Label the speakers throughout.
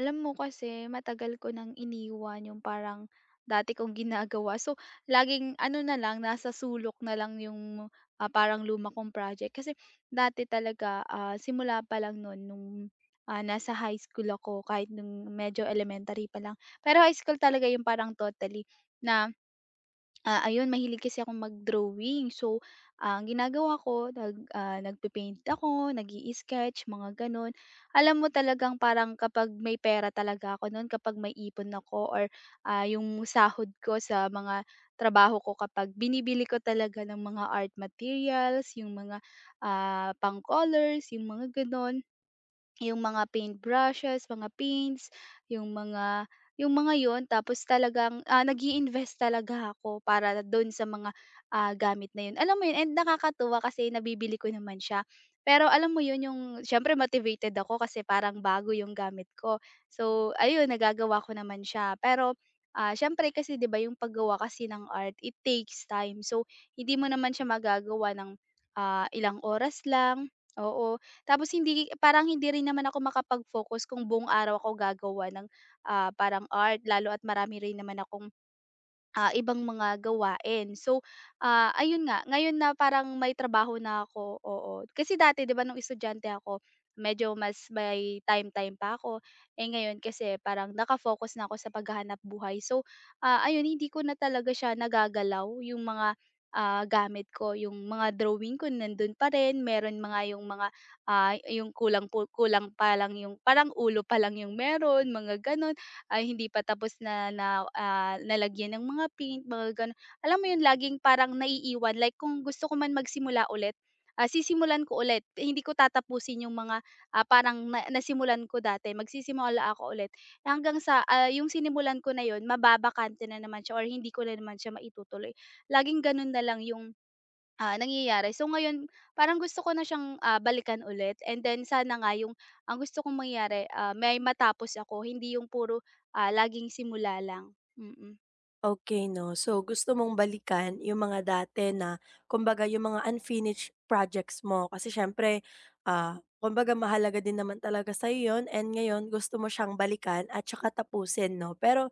Speaker 1: Alam mo kasi matagal ko nang iniwan yung parang dati kong ginagawa. So, laging ano na lang, nasa sulok na lang yung parang luma kong project. Kasi dati talaga, simula pa lang noon nung nasa high school ako, kahit nung medyo elementary pa lang. Pero high school talaga yung parang totally na. Ayun mahilig kasi akong mag-drawing. So, ang ginagawa ko nagpe-paint ako, nag sketch mga gano'n. Alam mo talagang parang kapag may pera talaga ako no'n, kapag may ipon ako or, yung sahod ko sa mga trabaho ko kapag binibili ko talaga ng mga art materials, yung mga, pang-colors, yung mga gano'n. Yung mga paintbrushes, mga paints, yung mga yung mga yon. Tapos talagang, nag invest talaga ako para dun sa mga, gamit na yun. Alam mo yun and nakakatuwa kasi nabibili ko naman siya. Pero alam mo yun yung siyempre motivated ako kasi parang bago yung gamit ko. So ayun, nagagawa ko naman siya. Pero, siyempre kasi 'di ba yung paggawa kasi ng art, it takes time. So hindi mo naman siya magagawa ng, ilang oras lang, oo. Tapos hindi parang hindi rin naman ako makapag-focus kung buong araw ako gagawa ng, parang art lalo at marami rin naman akong ibang mga gawain. So, ayun nga, ngayon na parang may trabaho na ako, oo. Kasi dati 'di ba nung estudyante ako, medyo mas may time-time pa ako. Eh, ngayon kasi parang nakafocus na ako sa paghahanap buhay. So, ayun hindi ko na talaga siya nagagalaw yung mga, gamit ko, yung mga drawing ko nandun pa rin. Meron mga yung mga, yung kulang po kulang pa lang yung parang ulo pa lang yung meron, mga gano'n ay hindi pa tapos na na, ah, nalagyan ng mga paint, mga gano'n. Alam mo 'yun, laging parang naiiwan, like kung gusto ko man magsimula ulit, sisimulan ko ulit. Eh, hindi ko tatapusin yung mga, parang na nasimulan ko dati, magsisimula ako ulit hanggang sa, yung sinimulan ko na 'yun mababakante na naman siya or hindi ko na naman siya maitutuloy. Laging gano'n na lang yung nangyayari. So ngayon, parang gusto ko na siyang, balikan ulit and then sana nga yung ang gusto kong mangyari, may matapos ako hindi yung puro, laging simula lang. Mm. Mm.
Speaker 2: Okay 'no. So, gusto mong balikan yung mga dati na kumbaga yung mga unfinished projects mo kasi siyempre, kumbaga mahalaga din naman talaga sa'yo yun and ngayon gusto mo siyang balikan at tsaka tapusin 'no. Pero,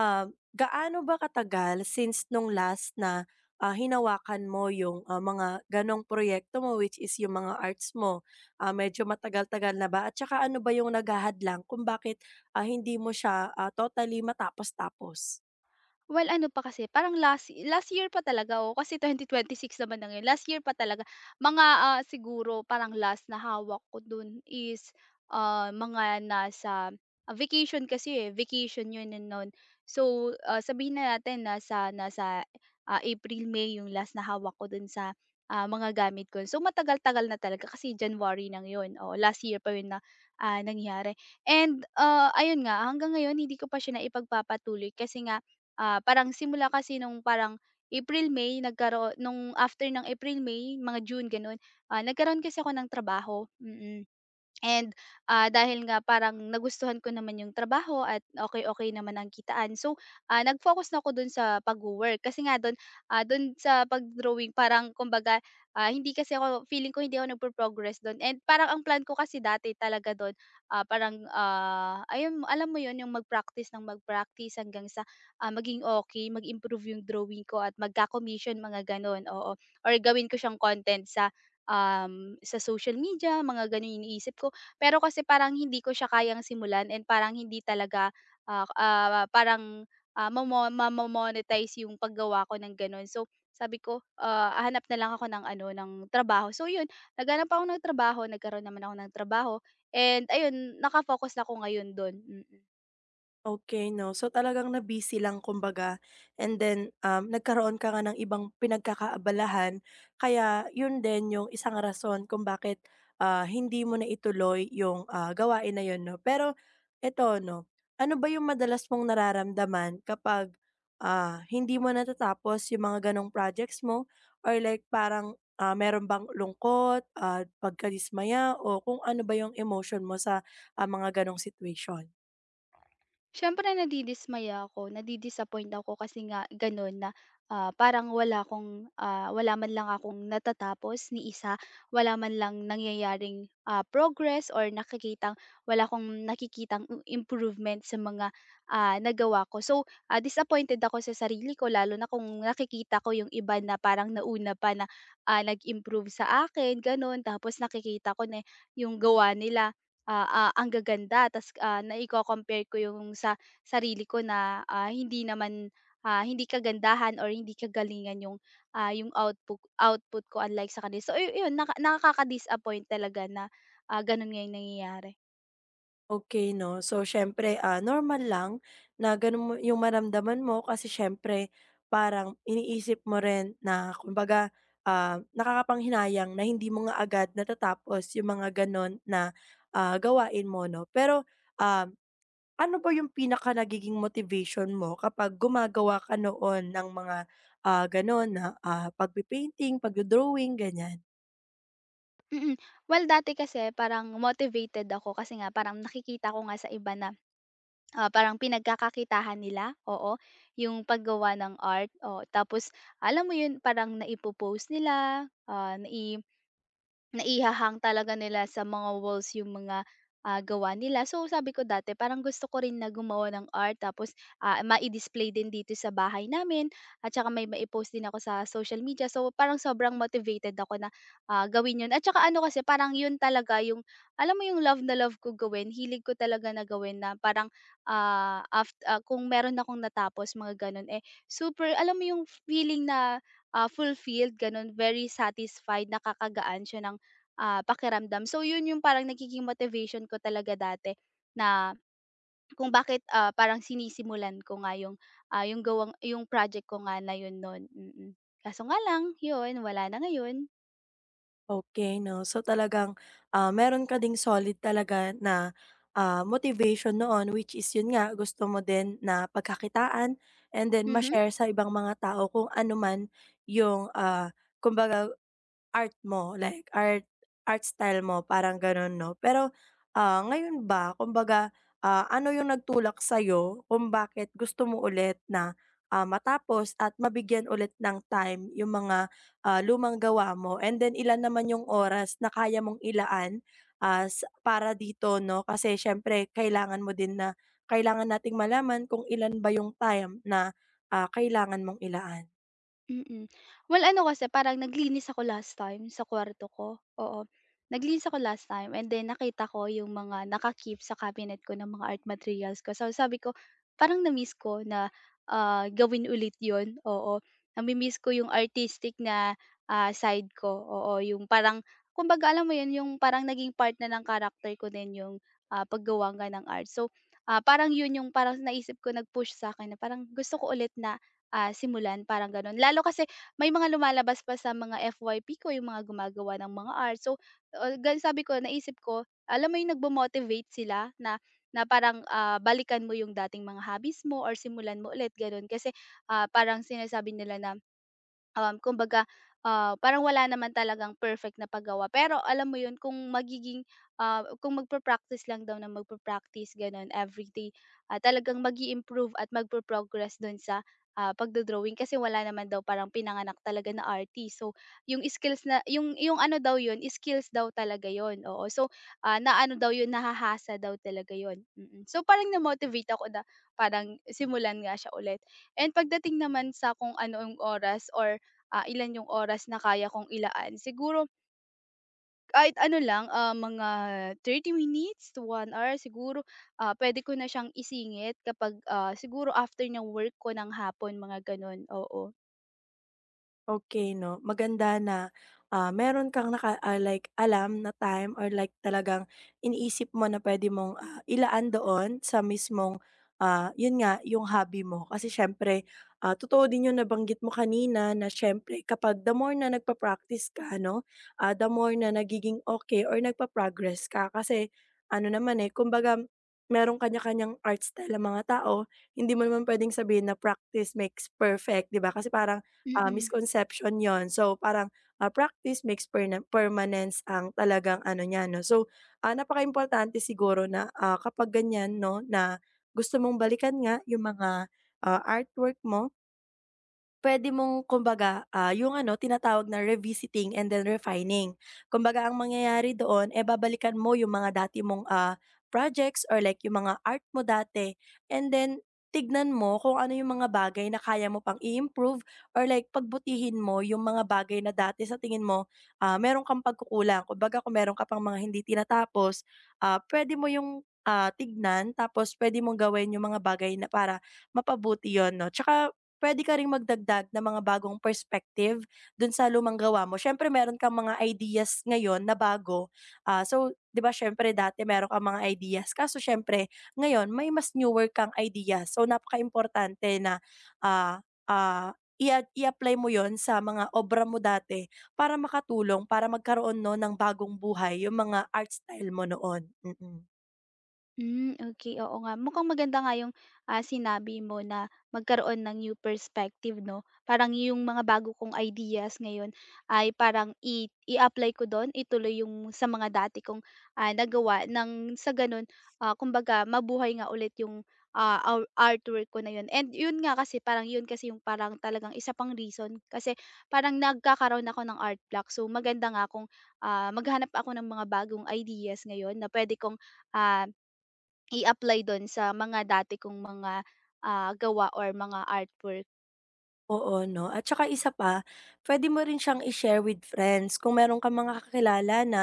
Speaker 2: gaano ba katagal since nung last na, hinawakan mo yung, mga ganong proyekto mo which is yung mga arts mo? Ah, medyo matagal-tagal na ba at tsaka ano ba yung naghahadlang kung bakit, hindi mo siya, totally matapos-tapos?
Speaker 1: Well, ano pa kasi parang last last year pa talaga, oo, kasi 2026 naman na ngayon. Last year pa talaga mga, siguro parang last na hawak ko dun is, mga nasa vacation kasi, eh, vacation yun eh, nun. So, sabihin na natin nasa nasa, ah, April, May yung last na hawak ko dun sa, mga gamit ko. So, matagal-tagal na talaga kasi January nang yun, oo, last year pa yun na, nangyari. And, ayun nga hanggang ngayon hindi ko pa siya na ipagpapatuloy kasi nga. Parang simula kasi nung parang April, May nagkaroo nung after ng April, May, mga June gano'n, nagkaroon kasi ako ng trabaho. Mm. Mm. And, dahil nga parang nagustuhan ko naman yung trabaho at okay okay naman ang kitaan. So, nag-focus na ako dun sa pag work kasi nga dun sa pag-drawing parang kumbaga, hindi kasi ako feeling ko hindi ako nagpo-progress dun and parang ang plan ko kasi dati talaga dun, parang, ayun alam mo yun yung mag-practice ng mag-practice hanggang sa, maging okay mag-improve yung drawing ko at magka-commission mga ganun, oo. Or gawin ko siyang content sa social media mga ganun yung iniisip ko. Pero kasi parang hindi ko siya kayang simulan and parang hindi talaga, parang, mamo mamo yung paggawa ko ng gano'n. So, sabi ko, hahanap na lang ako ng ano, ng trabaho. So yun, naghanap ako ng trabaho, nagkaroon naman ako ng trabaho and ayun, naka na ako ngayon do'n. Mm.
Speaker 2: Okay, 'no, so talagang na-busy lang kumbaga and then, nagkaroon ka nga ng ibang pinagkakaabalahan kaya yun din yung isang rason kung bakit, hindi mo na ituloy yung, gawain na yun 'no. Pero eto 'no, ano ba yung madalas mong nararamdaman kapag, hindi mo natatapos yung mga ganong projects mo or like parang, meron bang lungkot, pagkadismaya o kung ano ba yung emotion mo sa, mga ganong situation?
Speaker 1: Siyempre nadidismaya ako, nadi-disappoint ako kasi nga gano'n na, parang wala akong, wala man lang akong natatapos ni isa, wala man lang nangyayaring, progress or nakikitang wala akong nakikitang improvement sa mga, nagawa ko. So, disappointed ako sa sarili ko lalo na kung nakikita ko yung iba na parang nauna pa na, nag-improve sa akin gano'n tapos nakikita ko na yung gawa nila ang gaganda tas, naiko-compare ko yung sa sarili ko na, hindi naman, hindi kagandahan or hindi kagalingan yung output output ko unlike sa kanila. So, yun nakaka-disappoint talaga na, ganun nga yung nangyayari.
Speaker 2: Okey 'no. So siyempre, normal lang na gano'n mo yung maramdaman mo kasi siyempre parang iniisip mo rin na kumbaga, nakakapanghinayang na hindi mo nga agad natatapos yung mga gano'n na, gawain mo 'no. Pero, um, ano ba yung pinaka nagiging motivation mo kapag gumagawa ka noon ng mga, gano'n na, pagpe-painting, pagdo-drawing, ganyan?
Speaker 1: Mm. Mm. Well, dati kasi parang motivated ako kasi nga parang nakikita ko nga sa iba na, parang pinagkakakitahan nila, oo, yung paggawa ng art, oo. Tapos alam mo yun parang naipopost nila, naihahang talaga nila sa mga walls yung mga, gawa nila. So, sabi ko dati parang gusto ko rin na gumawa ng art tapos, mai-display din dito sa bahay namin at saka may mai-post din ako sa social media. So, parang sobrang motivated ako na, gawin yun at saka ano kasi parang yun talaga yung alam mo yung love na love ko gawin, hilig ko talaga na gawin na parang, kung meron akong natapos mga ganun, eh, super alam mo yung feeling na, fulfilled ganun, very satisfied, nakakagaan siya ng pakiramdam. So yun yung parang nagiging motivation ko talaga dati na kung bakit, parang sinisimulan ko nga yung gawang yung project ko nga na yun nun. Mm. Mm. Kaso nga lang yun, wala na ngayon.
Speaker 2: Okay, 'no. So talagang, meron ka ding solid talaga na, motivation noon which is yun nga gusto mo din na pagkakitaan and then
Speaker 1: Mhm.
Speaker 2: ma-share sa ibang mga tao kung ano man yung, kumbaga art mo, like art art style mo parang gano'n 'no? Pero, ngayon ba kumbaga, ano yung nagtulak sa'yo kung bakit gusto mo ulit na, matapos at mabigyan ulit ng time yung mga, lumang gawa mo and then ilan naman yung oras na kaya mong ilaan, ah, para dito 'no? Kasi siyempre kailangan mo din na kailangan nating malaman kung ilan ba yung time na, kailangan mong ilaan.
Speaker 1: Mm. Well, ano kasi parang naglinis ako last time sa kwarto ko, oo. Naglinis ako last time and then nakita ko yung mga naka-keep sa cabinet ko ng mga art materials ko. So sabi ko, parang na-miss ko na, gawin ulit yon oo. Nami-miss ko yung artistic na, side ko, oo. Yung parang kumbaga alam mo yun, yung parang naging part na ng character ko din yung, paggawa nga ng art. So, parang yun yung parang naisip ko nag-push sa akin na parang gusto ko ulit na simulan parang gano'n. Lalo kasi may mga lumalabas pa sa mga FYP ko yung mga gumagawa ng mga art. So, ah, gan sabi ko naisip ko, alam mo yung motivate sila na na parang, balikan mo yung dating mga hobbies mo or simulan mo ulit gano'n. Kasi, parang sinasabi nila na, kumbaga, parang wala naman talagang perfect na paggawa. Pero alam mo yun kung magpa-practice lang daw na magpa-practice gano'n everyday, talagang mag improve at magpo-progress dun sa, pagdo kasi wala naman daw parang pinanganak talaga na artist. So, yung skills na yung ano daw yun, skills daw talaga yun, oo. So, ah, na ano daw yun, nahahasa daw talaga yun. Mm. Mm. So, parang na-motivate ako na parang simulan nga siya ulit. And pagdating naman sa kung ano yung oras or ilan yung oras na kaya kong ilaan, siguro kahit ano lang, mga 30 minutes to 1 hour siguro, pwede ko na siyang isingit kapag, siguro after ng work ko ng hapon, mga gano'n, oo.
Speaker 2: Okey 'no, maganda na, meron kang like alam na time or like talagang iniisip mo na puwede mong, ilaan doon sa mismong, 'yun nga, yung hobby mo. Kasi siyempre, totoo din yung nabanggit mo kanina na siyempre kapag the more na nagpa-practice ka 'no, the more na nagiging okey or nagpa-progress ka. Kasi ano naman, eh, kumbaga merong kanya-kanyang art style ang mga tao, hindi mo naman puwedeng sabihin na practice makes perfect, 'di ba? Kasi parang
Speaker 1: Mm. Mm.
Speaker 2: misconception 'yon. So, parang, practice makes permanence ang talagang ano niya 'no. So, ah, importante siguro na, kapag ganyan 'no, na gusto mong balikan nga yung mga, artwork mo. Puwede mong kumbaga, yung ano tinatawag na revisiting and then refining. Kumbaga ang mangyayari doon, eh, babalikan mo yung mga dati mong, projects or like yung mga art mo dati and then tignan mo kung ano yung mga bagay na kaya mo pang i-improve or like pagbutihin mo yung mga bagay na dati sa tingin mo, meron kang pagkukulang. Kumbaga kung meron ka pang mga hindi tinatapos, puwede mo yung, tignan tapos puwede mong gawin yung mga bagay na para mapabuti yon 'no. Tsaka puwede ka ring magdagdag ng mga bagong perspective do'n sa lumang gawa mo. Siyempre meron kang mga ideas ngayon na bago, so 'di ba siyempre dati meron kang mga ideas kaso siyempre ngayon may mas newer kang ideas. So napaka importante na, i-apply mo 'yon sa mga obra mo dati para makatulong, para magkaroon 'no ng bagong buhay yung mga art style mo noon. Mm, mm.
Speaker 1: Hmm. Okay. Oo nga. Mukhang maganda nga yung, sinabi mo na magkaroon ng new perspective 'no. Parang yung mga bago kong ideas ngayon ay parang i-apply ko dun, ituloy yung sa mga dati kong, nagawa ng sa ganun, kumbaga mabuhay nga ulit yung, our artwork ko na yun. And yun nga kasi parang yun kasi yung parang talagang isa pang reason kasi parang nagkakaroon ako ng art block. So maganda nga kung, maghanap ako ng mga bagong ideas ngayon na puwede kong, ah I-apply dun sa mga dati kong mga, gawa or mga artwork.
Speaker 2: Oo 'no, at saka isa pa, pwede mo rin siyang i-share with friends kung meron kang mga kakilala na,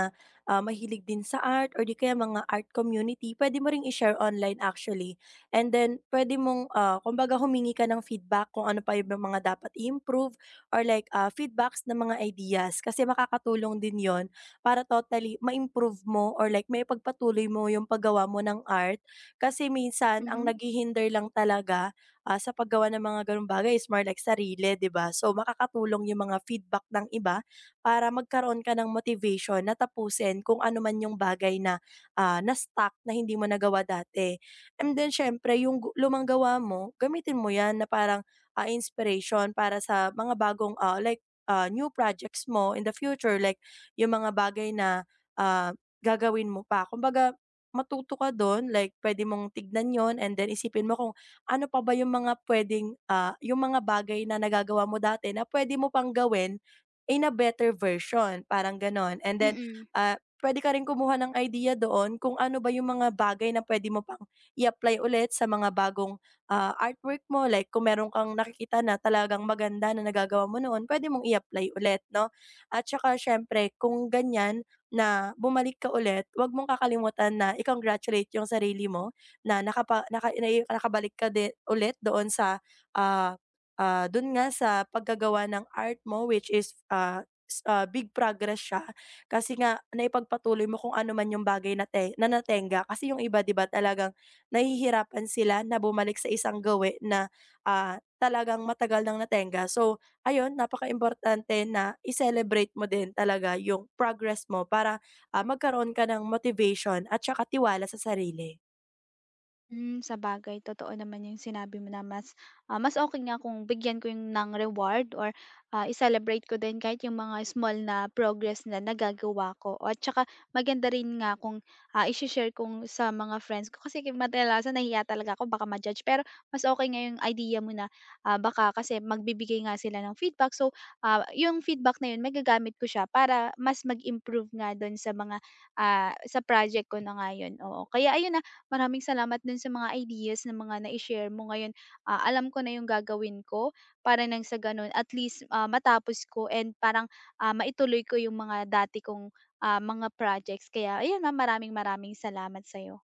Speaker 2: mahilig din sa art or di kaya mga art community, pwede mo ring i-share online actually. And then pwede mong, kumbaga humingi ka ng feedback kung ano pa yung mga dapat improve or like, feedbacks ng mga ideas kasi makakatulong din yon para totally ma-improve mo or like may maipagpatuloy mo yung paggawa mo ng art. Kasi minsan ang
Speaker 1: Mhm.
Speaker 2: naghihinder lang talaga, sa paggawa ng mga gano'ng bagay is more like sarili, 'di ba? So, makakatulong yung mga feedback ng iba para magkaroon ka ng motivation na tapusin kung ano man yung bagay na, na-stuck na hindi mo nagawa dati. And then siyempre yung lumang gawa mo, gamitin mo 'yan na parang, inspiration para sa mga bagong, like, new projects mo in the future, like yung mga bagay na, ah, gagawin mo pa. Kumbaga matuto ka do'n, like pwede mong tignan 'yon and then isipin mo kung ano pa ba yung mga puwedeng, yung mga bagay na nagagawa mo dati na puwede mo pang gawin in a better version, parang gano'n. And then,
Speaker 1: Mm.
Speaker 2: puwede ka rin kumuha ng idea doon kung ano ba yung mga bagay na puwede mo pang i-apply ulit sa mga bagong, artwork mo. Like kung meron kang nakikita na talagang maganda na nagagawa mo noon, puwede mong i-apply ulit 'no. At saka siyempre kung ganyan na bumalik ka ulit, 'wag mong kakalimutan na i-congratulate yung sarili mo na nakapa naka nai nakabalik ka din ulit doon sa, ah, dun nga sa paggagawa ng art mo which is, big progress siya kasi nga naipagpatuloy mo kung ano man yung bagay na te na natenga. Kasi yung iba 'di ba talagang nahihirapan sila na bumalik sa isang gawe na, talagang matagal nang natenga. So ayun, importante na i-celebrate mo din talaga yung progress mo para, magkaroon ka ng motivation at saka tiwala sa sarili.
Speaker 1: Hmm, sabagay totoo naman yung sinabi mo na mas okay nga kung bigyan ko yung ng reward or, i-celebrate ko din kahit yung mga small na progress na nagagawa ko O, at saka maganda rin nga kung, ise-share kong sa mga friends ko kasi kadalasan nahihiya talaga ako baka ma-judge pero mas okay nga yung idea mo na, baka kasi magbibigay nga sila ng feedback so, yung feedback na yun magagamit ko siya para mas mag-improve nga dun sa mga, sa project ko na nga oo. Kaya ayun, maraming salamat dun sa mga ideas na mga na share mo ngayon. Alam ko na yung gagawin ko para nang sa ganun at least, matapos ko and parang, maituloy ko yung mga dati kong, mga projects. Kaya ayan, ma'am, maraming maraming salamat sa'yo.